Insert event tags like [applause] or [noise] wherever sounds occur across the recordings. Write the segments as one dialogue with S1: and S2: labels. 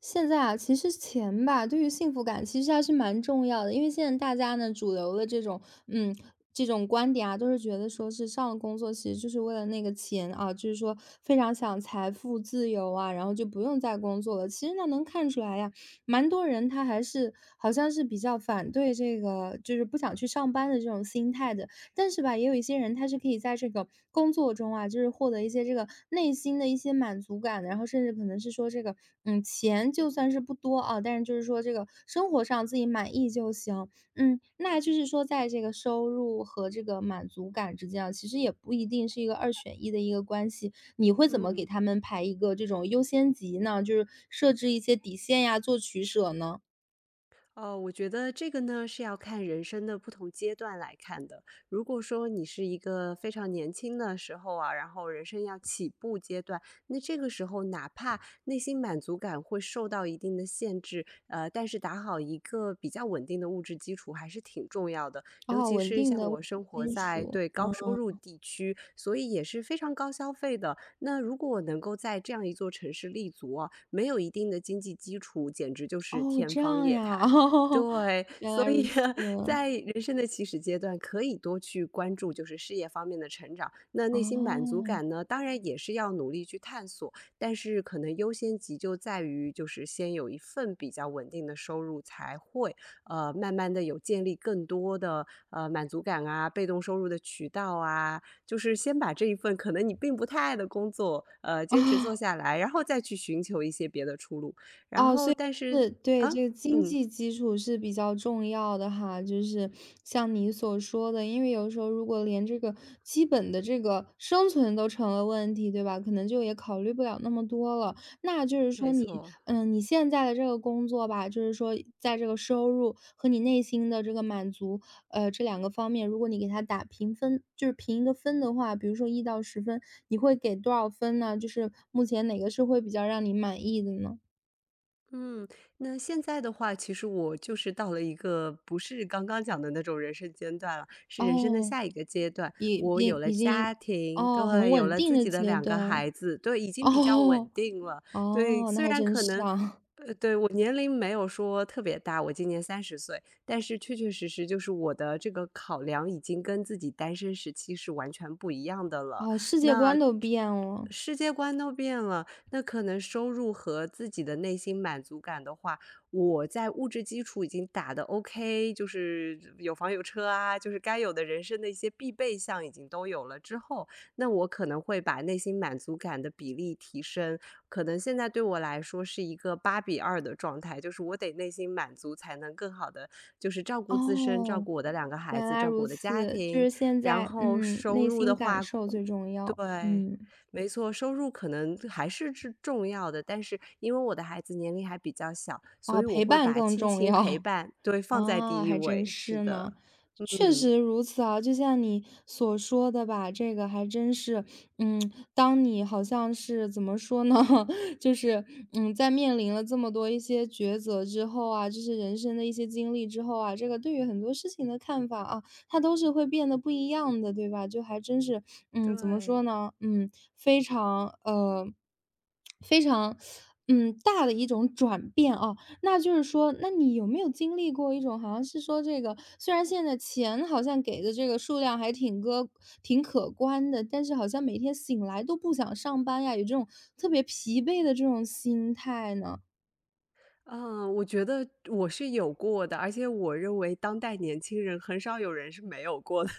S1: 现在啊，其实钱吧，对于幸福感其实还是蛮重要的。因为现在大家呢，主流的嗯，这种观点啊，都是觉得说是上了工作其实就是为了那个钱啊，就是说非常想财富自由啊，然后就不用再工作了。其实那能看出来呀，蛮多人他还是好像是比较反对这个，就是不想去上班的这种心态的。但是吧，也有一些人他是可以在这个工作中啊，就是获得一些这个内心的一些满足感的，然后甚至可能是说这个，钱就算是不多啊，但是就是说这个生活上自己满意就行。那就是说在这个收入和这个满足感之间啊，其实也不一定是一个二选一的一个关系。你会怎么给
S2: 嗯，
S1: 他们排一个这种优先级呢？就是设置一些底线呀，做取舍呢？
S2: 我觉得这个呢是要看人生的不同阶段来看的。如果说你是一个非常年轻的时候啊，然后人生要起步阶段，那这个时候哪怕内心满足感会受到一定的限制，但是打好一个比较稳定的物质基础还是挺重要的。尤
S1: 哦，
S2: 其
S1: 稳
S2: 是
S1: 定
S2: 像
S1: 的
S2: 我生活
S1: 基
S2: 在
S1: 础，
S2: 对高
S1: 嗯。
S2: 收入地区，所以也是非常高消费的。那如果我能够在这样一座城市立足啊，没有一定的经济基础，简直就是
S1: 哦，
S2: 天
S1: 这
S2: 方
S1: 样
S2: 夜
S1: 呀，[laughs]
S2: 谭。
S1: 哦
S2: 对，
S1: 原
S2: 所
S1: 来如
S2: 以
S1: 此，
S2: 啊 [laughs] 在人生的起始阶段，可以多去关注就是事业方面的成长。那内心满足
S1: 哦。
S2: 感呢，当然也是要努力去探索，但是可能优先级就在于就是先有一份比较稳定的收入，才会慢慢的有建立更多的满足感啊，被动收入的渠道啊，就是先把这一份可能你并不太爱的工作坚持做
S1: [laughs]
S2: 下来，然后再去寻求一些别的出路。然
S1: 哦，
S2: 后
S1: 所以
S2: 但是
S1: 是对，
S2: 啊，
S1: 这个经
S2: 嗯。
S1: 济基础是比较重要的哈，就是像你所说的，因为有时候如果连这个基本的这个生存都成了问题，对吧？可能就也考虑不了那么多了。那就是说
S2: 没
S1: 你，
S2: 错，
S1: 嗯，你现在的这个工作吧，就是说在这个收入和你内心的这个满足，这两个方面，如果你给他打评分，就是评一个分的话，比如说1到10分，你会给多少分呢？就是目前哪个是会比较让你满意的呢？
S2: 嗯，那现在的话，其实我就是到了一个不是刚刚讲的那种人生阶段了，是人生的
S1: 哦，
S2: 下一个阶段。
S1: 已
S2: 我有
S1: 经
S2: 了
S1: 已经
S2: 家庭，
S1: 哦，很
S2: 对，有
S1: 稳
S2: 了
S1: 定
S2: 自
S1: 的
S2: 己的
S1: 阶
S2: 两个
S1: 段。
S2: 孩子，对，已经比较稳
S1: 哦，
S2: 定了。对，
S1: 哦，那
S2: 虽
S1: 还
S2: 然
S1: 真
S2: 可
S1: 是
S2: 能，
S1: 啊。
S2: 对，我年龄没有说特别大，我今年30岁，但是确确实实就是我的这个考量已经跟自己单身时期是完全不一样的了。
S1: 哦，世界
S2: 那
S1: 观都变了。
S2: 世界观都变了，那可能收入和自己的内心满足感的话，我在物质基础已经打得 OK，就是有房有车啊，就是该有的人生的一些必备项已经都有了之后，那我可能会把内心满足感的比例提升。可能现在对我来说是一个8比2的状态，就是我得内心满足才能更好的就是照顾自身，照
S1: 哦，
S2: 顾我的两个孩
S1: 原
S2: 子，
S1: 来
S2: 照顾
S1: 如
S2: 我的家
S1: 此，就
S2: 庭，
S1: 是现
S2: 然
S1: 在
S2: 后
S1: 嗯，
S2: 收
S1: 内
S2: 入的
S1: 心感
S2: 话，
S1: 受最重要。
S2: 对。
S1: 嗯，
S2: 没错，收入可能还是重要的，但是因为我的孩子年龄还比较小，所
S1: 哦，
S2: 以我
S1: 陪
S2: 会
S1: 伴
S2: 把
S1: 更
S2: 亲
S1: 重
S2: 情陪
S1: 要。
S2: 伴，对，放在
S1: 啊，
S2: 第一
S1: 还真
S2: 位。是
S1: 是呢，
S2: 的，
S1: 确
S2: 嗯，
S1: 实如此啊，就像你所说的吧，这个还真是，嗯，当你好像是怎么说呢，[laughs] 就是嗯，在面临了这么多一些抉择之后啊，就是人生的一些经历之后啊，这个对于很多事情的看法啊，它都是会变得不一样的，对吧？就还真是，嗯，怎么
S2: 对，
S1: 说呢，非常大的一种转变啊。那就是说，那你有没有经历过一种好像是说这个，虽然现在钱好像给的这个数量还挺可观的，但是好像每天醒来都不想上班呀，有这种特别疲惫的这种心态呢？
S2: 嗯，我觉得我是有过的，而且我认为当代年轻人很少有人是没有过的。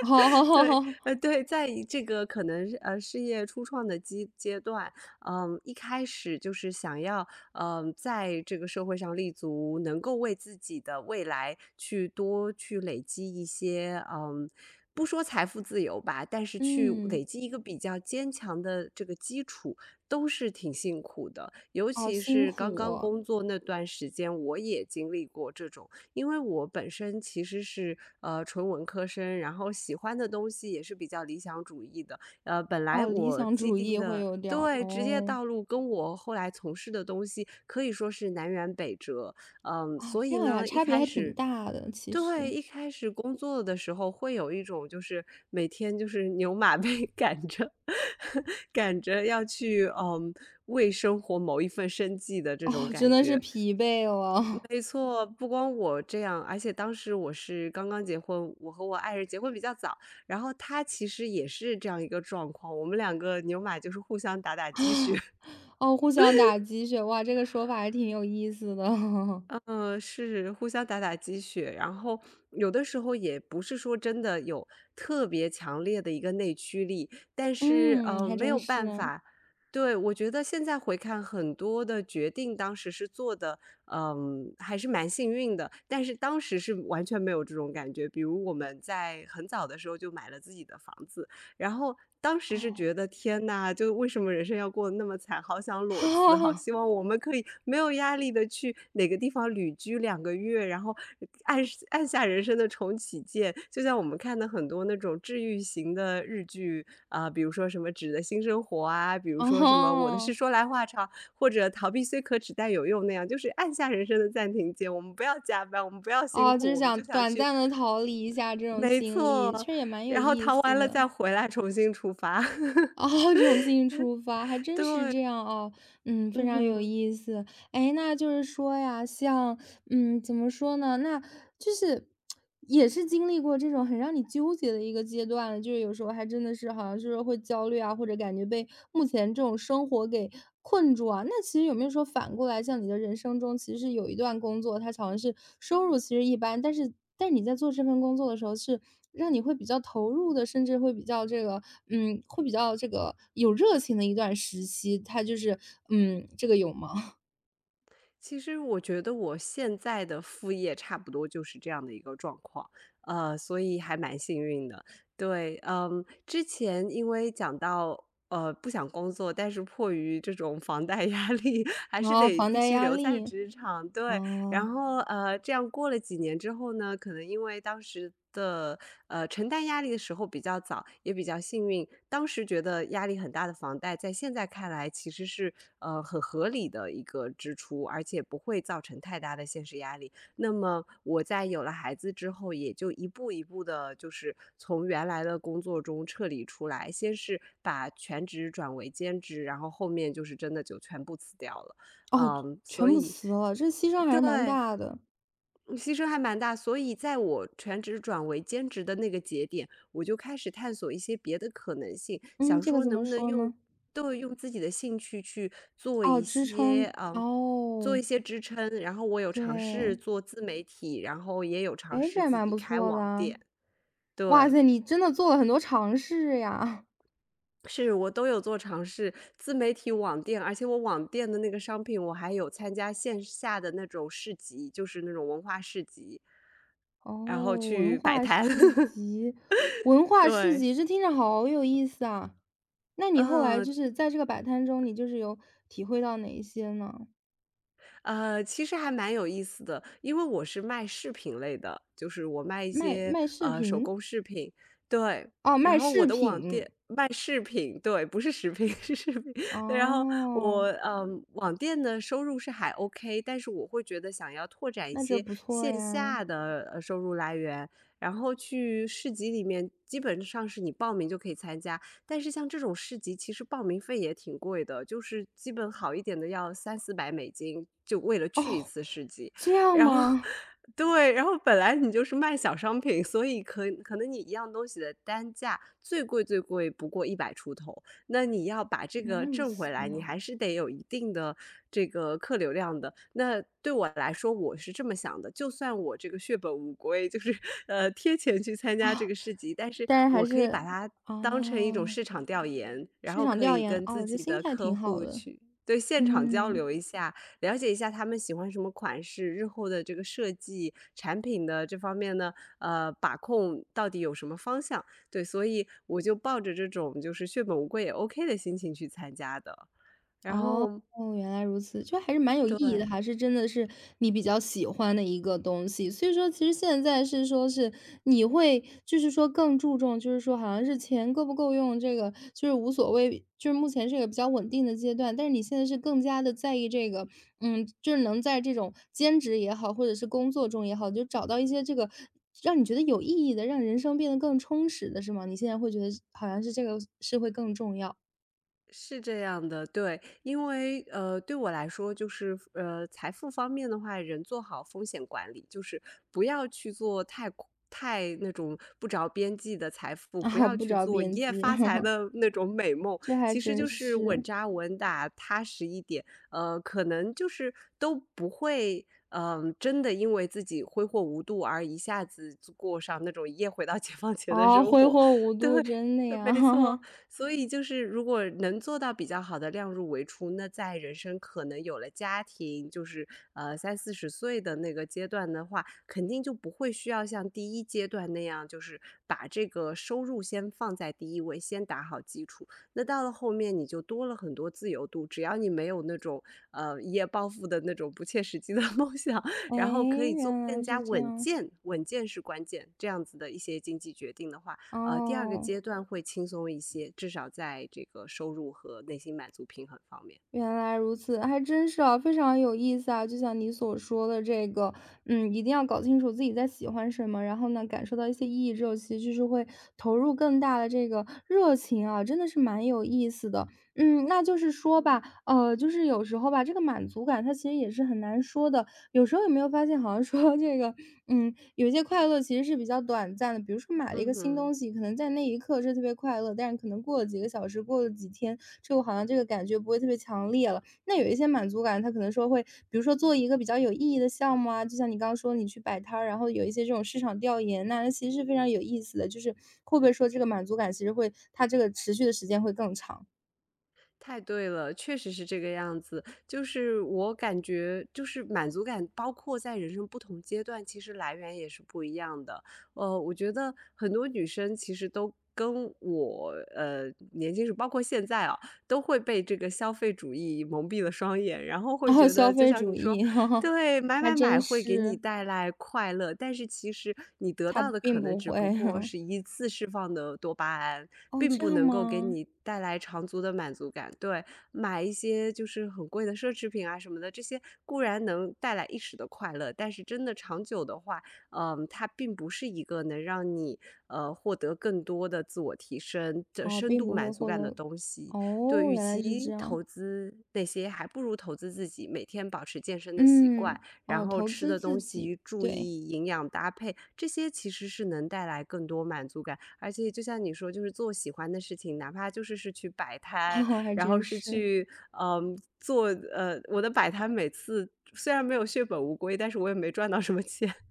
S1: [laughs]
S2: 对，
S1: 哦，
S2: 对，在以这个可能是事业初创的阶段，嗯，一开始就是想要，嗯，在这个社会上立足，能够为自己的未来去多去累积一些，嗯，不说财富自由吧，但是去累
S1: 嗯，
S2: 积一个比较坚强的这个基础，都是挺辛苦的。尤
S1: 哦，
S2: 其
S1: 辛
S2: 是刚
S1: 苦
S2: 刚
S1: 哦，
S2: 工作那段时间，我也经历过这种。因为我本身其实是纯文科生，然后喜欢的东西也是比较理想主义的。本来
S1: 哦理
S2: 我
S1: 想
S2: 既
S1: 主
S2: 定
S1: 义会
S2: 的
S1: 有点儿，
S2: 对职业
S1: 哦，
S2: 道路跟我后来从事的东西可以说是南辕北辙。嗯，
S1: 啊，
S2: 所
S1: 这
S2: 以
S1: 样呀，
S2: 呢，一
S1: 差别
S2: 开
S1: 还挺
S2: 始。
S1: 大的，其
S2: 对，
S1: 实，
S2: 一开始工作的时候会有一种就是每天就是牛马被 [laughs] 赶着，[laughs] 赶着要去嗯为生活谋一份生计的这种
S1: 哦，真
S2: 感
S1: 的是
S2: 觉。
S1: 疲惫了
S2: 没错，不光我这样，而且当时我是刚刚结婚，我和我爱人结婚比较早，然后他其实也是这样一个状况，我们两个牛马就是互相打打鸡血，
S1: [laughs] 哦，互相打鸡血，哇，这个说法还挺有意思的。[laughs]
S2: 嗯，是互相打打鸡血，然后有的时候也不是说真的有特别强烈的一个内驱力，但是
S1: 嗯，还
S2: 没有
S1: 真是。
S2: 办法。对，我觉得现在回看很多的决定，当时是做的，嗯，还是蛮幸运的。但是当时是完全没有这种感觉。比如我们在很早的时候就买了自己的房子，然后当时是
S1: 哦。
S2: 觉得天呐，就为什么人生要过得那么惨，好想裸辞，好希
S1: [laughs]
S2: 望我们可以没有压力的去哪个地方旅居2个月，然后按按下人生的重启键。就像我们看的很多那种治愈型的日剧啊，比如说什么《纸的新生活》啊，比如说什么《我的
S1: 哦，
S2: 事说来话长》，或者《逃避虽可耻但有用》那样，就是按下人生的暂停键，我们不要加班，我们不要辛
S1: 哦，就
S2: 苦，
S1: 是
S2: 我们
S1: 想
S2: 就想
S1: 短
S2: 去。
S1: 暂的逃离一下这种
S2: 没
S1: 心理，其
S2: 错，
S1: 实也蛮有
S2: 然后
S1: 意
S2: 逃
S1: 思
S2: 完了
S1: 的。
S2: 再回来重新出发。[laughs]
S1: 哦，[laughs] 重新出发，还真是
S2: 对，
S1: 这样哦，嗯，非
S2: 嗯
S1: 常有
S2: 哼，
S1: 意思。哎，那就是说呀，像嗯，怎么说呢？那就是也是经历过这种很让你纠结的一个阶段了，就是有时候还真的是好像是会焦虑啊，或者感觉被目前这种生活给困住啊。那其实有没有说反过来，像你的人生中，其实是有一段工作，它好像是收入其实一般，但是但你在做这份工作的时候，是让你会比较投入的，甚至会比较这个，嗯，会比较这个有热情的一段时期，它就是，嗯，这个有吗？[laughs]
S2: 其实我觉得我现在的副业差不多就是这样的一个状况，所以还蛮幸运的。对，嗯，之前因为讲到，不想工作，但是迫于这种房贷压力，[laughs] 还
S1: 然
S2: 是
S1: 后
S2: 得
S1: 房
S2: 必
S1: 贷
S2: 须
S1: 压
S2: 留在
S1: 力，
S2: 职场。对，然
S1: 哦。
S2: 后这样过了几年之后呢，可能因为当时的承担压力的时候比较早，也比较幸运，当时觉得压力很大的房贷，在现在看来其实是很合理的一个支出，而且不会造成太大的现实压力。那么我在有了孩子之后，也就一步一步的，就是从原来的工作中撤离出来，先是把全职转为兼职，然后后面就是真的就全部辞掉了。
S1: 哦，
S2: 嗯，所
S1: 全部
S2: 以。
S1: 辞了，这牺牲还是蛮
S2: 对，
S1: 大的。
S2: 嗯牺牲还蛮大，所以在我全职转为兼职的那个节点，我就开始探索一些别的可能性，
S1: 嗯，
S2: 想
S1: 这个
S2: 说
S1: 怎
S2: 能
S1: 么
S2: 不能
S1: 说
S2: 用
S1: 呢？
S2: 对，用自己的兴趣去做
S1: 哦，
S2: 一
S1: 支
S2: 些，
S1: 撑，
S2: 嗯，做
S1: 哦，
S2: 一些支撑。然后我有尝试
S1: 对，
S2: 做自媒体，然后也有尝
S1: 诶，这
S2: 试
S1: 还
S2: 自
S1: 蛮
S2: 己
S1: 不
S2: 开
S1: 错的
S2: 网
S1: 啊。
S2: 店，
S1: 哇
S2: 对，
S1: 塞，你真的做了很多尝试呀。
S2: 是我都有做尝试，自媒体网店，而且我网店的那个商品，我还有参加线下的那种市集，就是那种文化市集。
S1: [laughs]
S2: 然后
S1: 哦，文
S2: 去摆
S1: 化市
S2: 摊。[laughs]
S1: 集，文化市
S2: 对，
S1: 集，这听着好有意思啊。那你后来
S2: 嗯，
S1: 就是在这个摆摊中，你就是有体会到哪一些呢？
S2: 其实还蛮有意思的，因为我是卖饰品类的，就是我卖一
S1: 卖
S2: 些
S1: 卖饰
S2: 手
S1: 品？
S2: 工饰品，对。
S1: 哦，
S2: 然
S1: 卖
S2: 后我
S1: 饰
S2: 的网
S1: 品，
S2: 店卖饰品，对，不是食品，[laughs] 是饰品。对。然后
S1: 哦，
S2: 我嗯，网店的收入是还 OK，但是我会觉得想要拓展一
S1: 那这
S2: 些
S1: 不错
S2: 线
S1: 呀。
S2: 下的收入来源，然后去市集里面，基本上是你报名就可以参加。但是像这种市集，其实报名费也挺贵的，就是基本好一点的要三四百美金，就为了去一
S1: 哦，
S2: 次市集。
S1: 这样
S2: 然后 [laughs]
S1: 吗？
S2: 对，然后本来你就是卖小商品，所以可能你一样东西的单价最贵最贵不过100出头。那你要把这
S1: 原来
S2: 个
S1: 如
S2: 挣回
S1: 此
S2: 来，你
S1: 啊。
S2: 还是得有一定的这个客流量的。那对我来说，我是这么想的，就算我这个血本无归，就是，贴钱去参加这个市集，但是
S1: 但是还
S2: 我可以把
S1: 是
S2: 它当成一种
S1: 哦，
S2: 市场调研，然
S1: 市
S2: 后
S1: 场
S2: 可
S1: 调
S2: 以
S1: 研，
S2: 跟自
S1: 哦，这
S2: 己
S1: 心
S2: 的
S1: 态
S2: 客
S1: 挺好
S2: 户
S1: 的，
S2: 去对，现场交
S1: 嗯。
S2: 流一下，了解一下他们喜欢什么款式，日后的这个设计、产品的这方面呢，把控到底有什么方向。对，所以我就抱着这种就是血本无归也 OK 的心情去参加的。然
S1: 哦，
S2: 后
S1: 哦原来如此，就还是蛮有意义的，
S2: 对。
S1: 还是真的是你比较喜欢的一个东西。所以说其实现在是说是你会就是说更注重，就是说好像是钱够不够用，这个就是无所谓，就是目前是一个比较稳定的阶段。但是你现在是更加的在意这个，嗯，就是能在这种兼职也好，或者是工作中也好，就找到一些这个让你觉得有意义的，让人生变得更充实的是吗？你现在会觉得好像是这个是会更重要，
S2: 是这样的，对，因为对我来说，就是财富方面的话，人做好风险管理，就是不要去做太那种不着边际的财
S1: [laughs]
S2: 富，不
S1: 啊，
S2: 要
S1: 不
S2: 去
S1: 着
S2: 做一
S1: 边
S2: 夜
S1: 际。
S2: 发财的那种美梦，
S1: 这还
S2: 其实
S1: 真
S2: 就是稳
S1: 是，
S2: 扎稳打，踏实一点，可能就是都不会。嗯，真的因为自己挥霍无度而一下子就过上那种一夜回到解放前的
S1: 啊，
S2: 生
S1: 挥
S2: 活，
S1: 霍无
S2: [laughs] 对，
S1: 度，真的呀。
S2: 没错。
S1: [laughs]
S2: 所以就是如果能做到比较好的量入为出，那在人生可能有了家庭，就是30到40岁的那个阶段的话，肯定就不会需要像第一阶段那样，就是把这个收入先放在第一位，先打好基础。那到了后面，你就多了很多自由度，只要你没有那种一夜暴富的那种不切实际的 [laughs] 梦想，
S1: 哎，
S2: 然后可以做
S1: 原
S2: 更
S1: 来
S2: 加
S1: 是这
S2: 稳
S1: 样，
S2: 健，稳健是关键，这样子的一些经济决定的话，第二个
S1: 哦，
S2: 阶段会轻松一些，至少在这个收入和内心满足平衡方面。
S1: 原来如此，还真是啊，非常有意思啊。就像你所说的这个，嗯，一定要搞清楚自己在喜欢什么，然后呢，感受到一些意义之后，其实就是会投入更大的这个热情啊，真的是蛮有意思的。嗯，那就是说
S2: 嗯。
S1: 吧，就是有时候吧，这个满足感它其实也是很难说的，有时候有没有发现，好像说这个，嗯，有一些快乐其实是比较短暂的。比如说买了一
S2: 嗯
S1: 个新
S2: 哼，
S1: 东西，可能在那一刻是特别快乐，但是可能过了几个小时，过了几天，之后好像这个感觉不会特别强烈了。那有一些满足感，它可能说会，比如说做一个比较有意义的项目啊，就像你刚刚说你去摆摊儿，然后有一些这种市场调研那其实是非常有意思的。就是会不会说这个满足感其实会，它这个持续的时间会更长？
S2: 太对了，确实是这个样子。就是我感觉，就是满足感，包括在人生不同阶段，其实来源也是不一样的。我觉得很多女生其实都跟我，年轻时，包括现在啊，都会被这个消费主义蒙蔽了双眼，然后会
S1: 然后
S2: 觉得，
S1: 消
S2: 就
S1: 费
S2: 像
S1: 主
S2: 你说，
S1: 义，[laughs]
S2: 对，买
S1: 还
S2: 买买
S1: 真
S2: 会给你
S1: 是
S2: 带来快乐，但是其实你得
S1: 它
S2: 到的可
S1: 并
S2: 能
S1: 不
S2: 只
S1: 会。
S2: 不过是
S1: [laughs]
S2: 一次释放的多巴胺，
S1: 哦，
S2: 并
S1: 这
S2: 不
S1: 样
S2: 能够给
S1: 吗？
S2: 你带来长足的满足感。对，买一些就是很贵的奢侈品啊什么的，这些固然能带来一时的快乐，但是真的长久的话，它并不是一个能让你获得更多的自我提升的
S1: 哦，
S2: 深
S1: 并
S2: 度
S1: 不会
S2: 满足
S1: 获
S2: 感
S1: 得
S2: 的东西。对，
S1: 哦，
S2: 与
S1: 原来是这
S2: 其
S1: 样。
S2: 投资那些，还不如投资自己，每天保持健身的习惯，
S1: 嗯，
S2: 然
S1: 哦，
S2: 后
S1: 投
S2: 吃
S1: 资
S2: 的东
S1: 自己，
S2: 西注
S1: 对，
S2: 意营养搭配，这些其实是能带来更多满足感。而且就像你说，就是做喜欢的事情，哪怕就是去摆
S1: [laughs]
S2: 摊，
S1: 哦还
S2: 然后
S1: 真
S2: 是
S1: 是。
S2: 去嗯做呃，我的摆摊每次虽然没有血本无归，但是我也没赚到什么钱。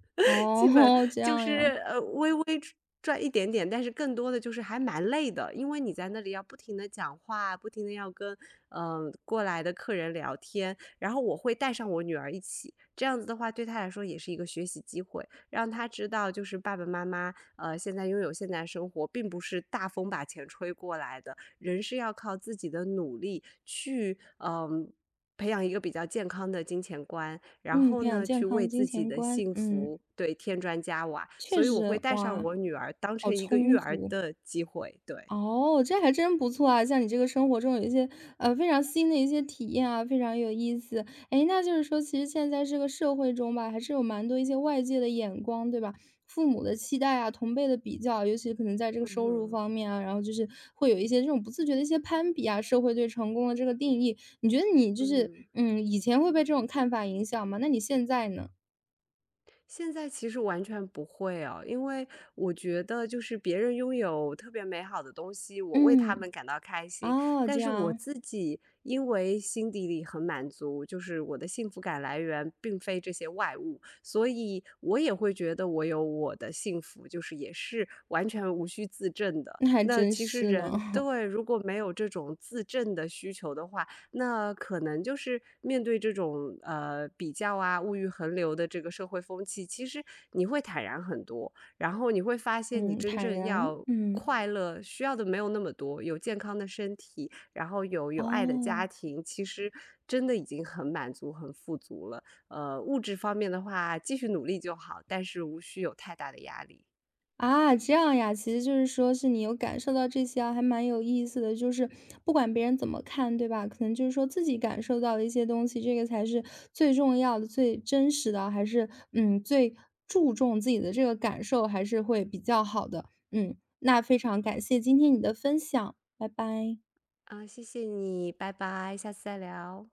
S2: 基本
S1: 哦，[laughs] 这
S2: 就
S1: 样呀。
S2: 是微微赚一点点，但是更多的就是还蛮累的，因为你在那里要不停的讲话，不停的要跟过来的客人聊天，然后我会带上我女儿一起，这样子的话对她来说也是一个学习机会，让她知道就是爸爸妈妈现在拥有现在生活，并不是大风把钱吹过来的，人是要靠自己的努力去嗯、培养一个比较健康的金钱观。然
S1: 嗯，
S2: 后
S1: 培养
S2: 呢，
S1: 健
S2: 去为
S1: 康金
S2: 自己
S1: 钱
S2: 的
S1: 观，
S2: 幸
S1: 嗯，
S2: 福对添砖加瓦，所
S1: 确
S2: 以我会
S1: 实，
S2: 带上
S1: 哇，
S2: 我女儿当
S1: 好
S2: 成一个育
S1: 充
S2: 儿
S1: 足。
S2: 的机会，对，
S1: 哦，这还真不错啊！像你这个生活中有一些非常新的一些体验啊，非常有意思。诶，那就是说，其实现在这个社会中吧，还是有蛮多一些外界的眼光，对吧？父母的期待啊，同辈的比较，尤其可能在这个
S2: 嗯
S1: 收入
S2: 哼，
S1: 方面啊，然后就是会有一些这种不自觉的一些攀比啊，社会对成功的这个定义。你觉得你就
S2: 嗯
S1: 是
S2: 哼。
S1: 以前会被这种看法影响吗？那你现在呢？
S2: 现在其实完全不会哦，因为我觉得就是别人拥有特别美好的东西，我为他们
S1: 嗯，
S2: 感到开心，
S1: 哦，
S2: 但
S1: 这
S2: 是我
S1: 样，
S2: 自己因为心底里很满足，就是我的幸福感来源并非这些外物，所以我也会觉得我有我的幸福，就是也是完全无需自证的。
S1: 那还
S2: 那
S1: 真
S2: 其实
S1: 是呢，
S2: 人对如果没有这种自证的需求的话，那可能就是面对这种比较啊、物欲横流的这个社会风气，其实你会坦然很多，然后你会发
S1: [laughs]
S2: 现你
S1: 嗯，
S2: 真
S1: 坦
S2: 正
S1: 然，
S2: 要
S1: 嗯，
S2: 快乐需要的没有那么多，有健康的身体，然后有爱的家
S1: 哦。
S2: 庭，其实真的已经很满足、很富足了。物质方面的话，继续努力就好，但是无需有太大的压力。
S1: 啊，这样呀，其实就是说是你有感受到这些啊，还蛮有意思的。就是不管别人怎么看，对吧？可能就是说自己感受到的一些东西，这个才是最重要的、最真实的啊，还是嗯最注重自己的这个感受，还是会比较好的。嗯，那非常感谢今天你的分享，拜拜。
S2: 啊、谢谢你，拜拜，下次再聊。